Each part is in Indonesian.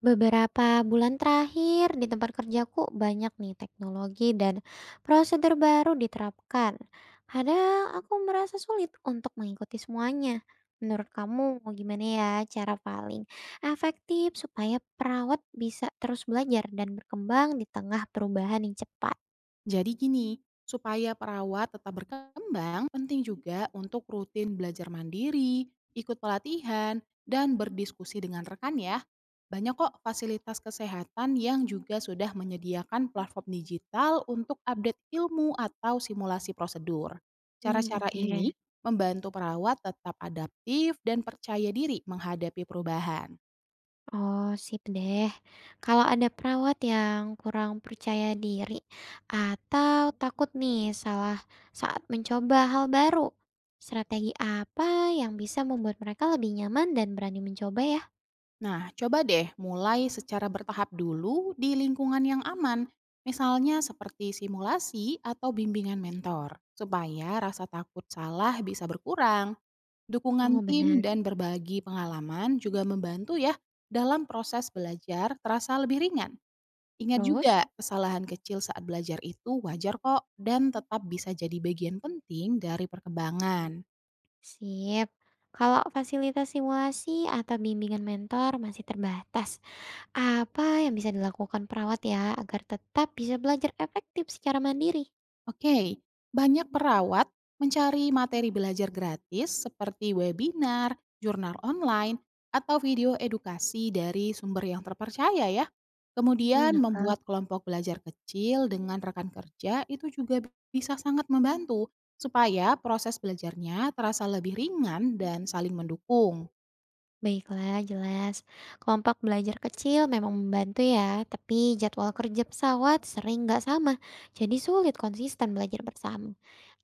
Beberapa bulan terakhir di tempat kerjaku banyak nih teknologi dan prosedur baru diterapkan. Kadang aku merasa sulit untuk mengikuti semuanya. Menurut kamu gimana ya cara paling efektif supaya perawat bisa terus belajar dan berkembang di tengah perubahan yang cepat? Jadi gini, supaya perawat tetap berkembang, penting juga untuk rutin belajar mandiri, ikut pelatihan, dan berdiskusi dengan rekan ya. Banyak kok fasilitas kesehatan yang juga sudah menyediakan platform digital untuk update ilmu atau simulasi prosedur. Hmm, Cara-cara oke. ini membantu perawat tetap adaptif dan percaya diri menghadapi perubahan. Oh, sip deh. Kalau ada perawat yang kurang percaya diri atau takut nih salah saat mencoba hal baru, strategi apa yang bisa membuat mereka lebih nyaman dan berani mencoba ya? Nah, coba deh mulai secara bertahap dulu di lingkungan yang aman, misalnya seperti simulasi atau bimbingan mentor, supaya rasa takut salah bisa berkurang. Oh, Dukungan benar. tim dan berbagi pengalaman juga membantu ya dalam proses belajar terasa lebih ringan. Ingat Terus, juga, kesalahan kecil saat belajar itu wajar kok dan tetap bisa jadi bagian penting dari perkembangan. sip. Kalau fasilitas simulasi atau bimbingan mentor masih terbatas, apa yang bisa dilakukan perawat ya agar tetap bisa belajar efektif secara mandiri? Oke, banyak perawat mencari materi belajar gratis seperti webinar, jurnal online, atau video edukasi dari sumber yang terpercaya ya. Hmm, Kemudian nangkep. membuat kelompok belajar kecil dengan rekan kerja itu juga bisa sangat membantu supaya proses belajarnya terasa lebih ringan dan saling mendukung. Baiklah, jelas. Kelompok belajar kecil memang membantu ya, tapi jadwal kerja pesawat sering nggak sama, jadi sulit konsisten belajar bersama.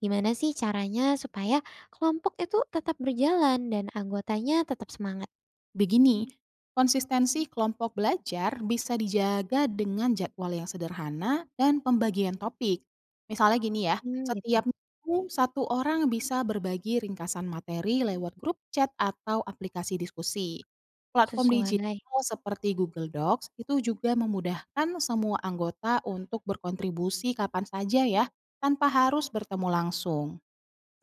Gimana sih caranya supaya kelompok itu tetap berjalan dan anggotanya tetap semangat? Begini, konsistensi kelompok belajar bisa dijaga dengan jadwal yang sederhana dan pembagian topik. Misalnya gini ya, Hmm, gitu. setiap minggu satu orang bisa berbagi ringkasan materi lewat grup chat atau aplikasi diskusi. Platform digital Sesuai. seperti Google Docs itu juga memudahkan semua anggota untuk berkontribusi kapan saja ya, tanpa harus bertemu langsung.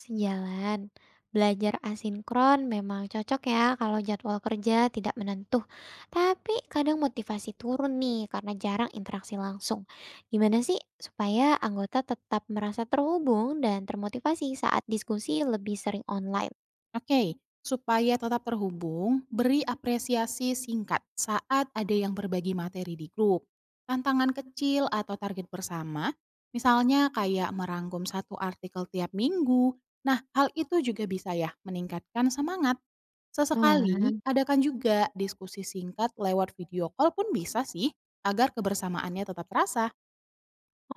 Sejalan. Belajar asinkron memang cocok ya kalau jadwal kerja tidak menentu. Tapi kadang motivasi turun nih karena jarang interaksi langsung. Gimana sih supaya anggota tetap merasa terhubung dan termotivasi saat diskusi lebih sering online? Oke, supaya tetap terhubung, beri apresiasi singkat saat ada yang berbagi materi di grup. Tantangan kecil atau target bersama, misalnya kayak merangkum satu artikel tiap minggu. Nah, hal itu juga bisa ya meningkatkan semangat. Walah, Sesekali, adakan juga diskusi singkat lewat video call pun bisa sih, agar kebersamaannya tetap terasa.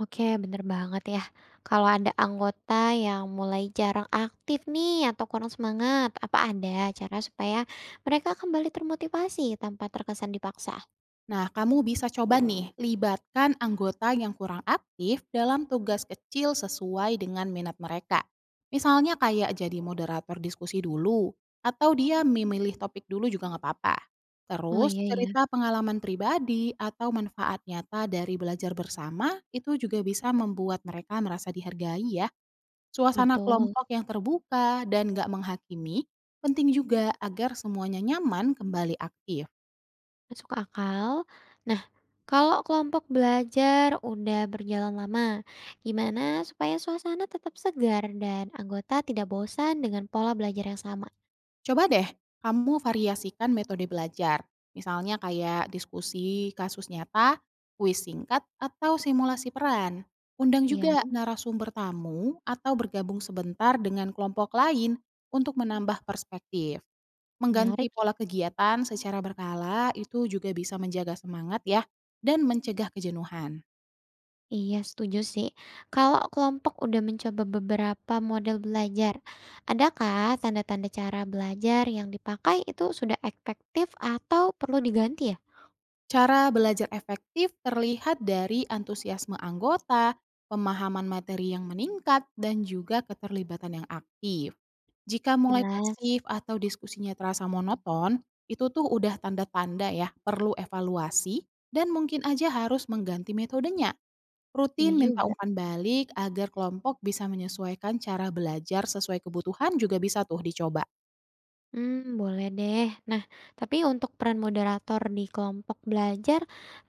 oke bener banget ya. Kalau ada anggota yang mulai jarang aktif nih atau kurang semangat, apa ada cara supaya mereka kembali termotivasi tanpa terkesan dipaksa? Nah, kamu bisa coba nih, libatkan anggota yang kurang aktif dalam tugas kecil sesuai dengan minat mereka. Misalnya kayak jadi moderator diskusi dulu, atau dia memilih topik dulu juga nggak apa-apa. Oh Terus, iya ya. cerita pengalaman pribadi atau manfaat nyata dari belajar bersama itu juga bisa membuat mereka merasa dihargai ya. Suasana Betul, kelompok yang terbuka dan nggak menghakimi penting juga agar semuanya nyaman kembali aktif. masuk akal. Nah, kalau kelompok belajar udah berjalan lama, gimana supaya suasana tetap segar dan anggota tidak bosan dengan pola belajar yang sama? Coba deh kamu variasikan metode belajar, misalnya kayak diskusi kasus nyata, kuis singkat, atau simulasi peran. Undang Ya, juga narasumber tamu atau bergabung sebentar dengan kelompok lain untuk menambah perspektif. Mengganti menarik ya. pola kegiatan secara berkala itu juga bisa menjaga semangat ya dan mencegah kejenuhan. Iya, setuju sih. Kalau kelompok udah mencoba beberapa model belajar, adakah tanda-tanda cara belajar yang dipakai itu sudah efektif atau perlu diganti ya? Cara belajar efektif terlihat dari antusiasme anggota, pemahaman materi yang meningkat, dan juga keterlibatan yang aktif. Jika mulai Jelas. pasif atau diskusinya terasa monoton, itu tuh udah tanda-tanda ya perlu evaluasi dan mungkin aja harus mengganti metodenya. Iya Rutin minta juga. umpan balik agar kelompok bisa menyesuaikan cara belajar sesuai kebutuhan juga bisa tuh dicoba. Hmm, boleh deh. Nah, tapi untuk peran moderator di kelompok belajar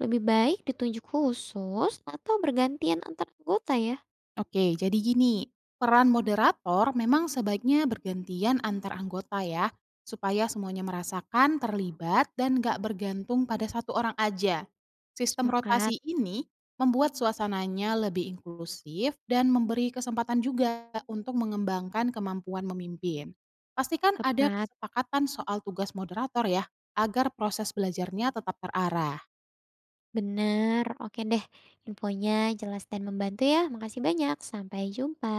lebih baik ditunjuk khusus atau bergantian antar anggota ya? Oke, jadi gini, peran moderator memang sebaiknya bergantian antar anggota ya, supaya semuanya merasakan terlibat dan nggak bergantung pada satu orang aja. Sistem Sepakat, rotasi ini membuat suasananya lebih inklusif dan memberi kesempatan juga untuk mengembangkan kemampuan memimpin. Pastikan ada tepat. kesepakatan soal tugas moderator ya, agar proses belajarnya tetap terarah. Benar. Oke deh, infonya jelas dan membantu ya. Makasih banyak. Sampai jumpa.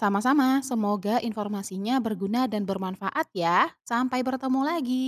Sama-sama, semoga informasinya berguna dan bermanfaat ya. Sampai bertemu lagi.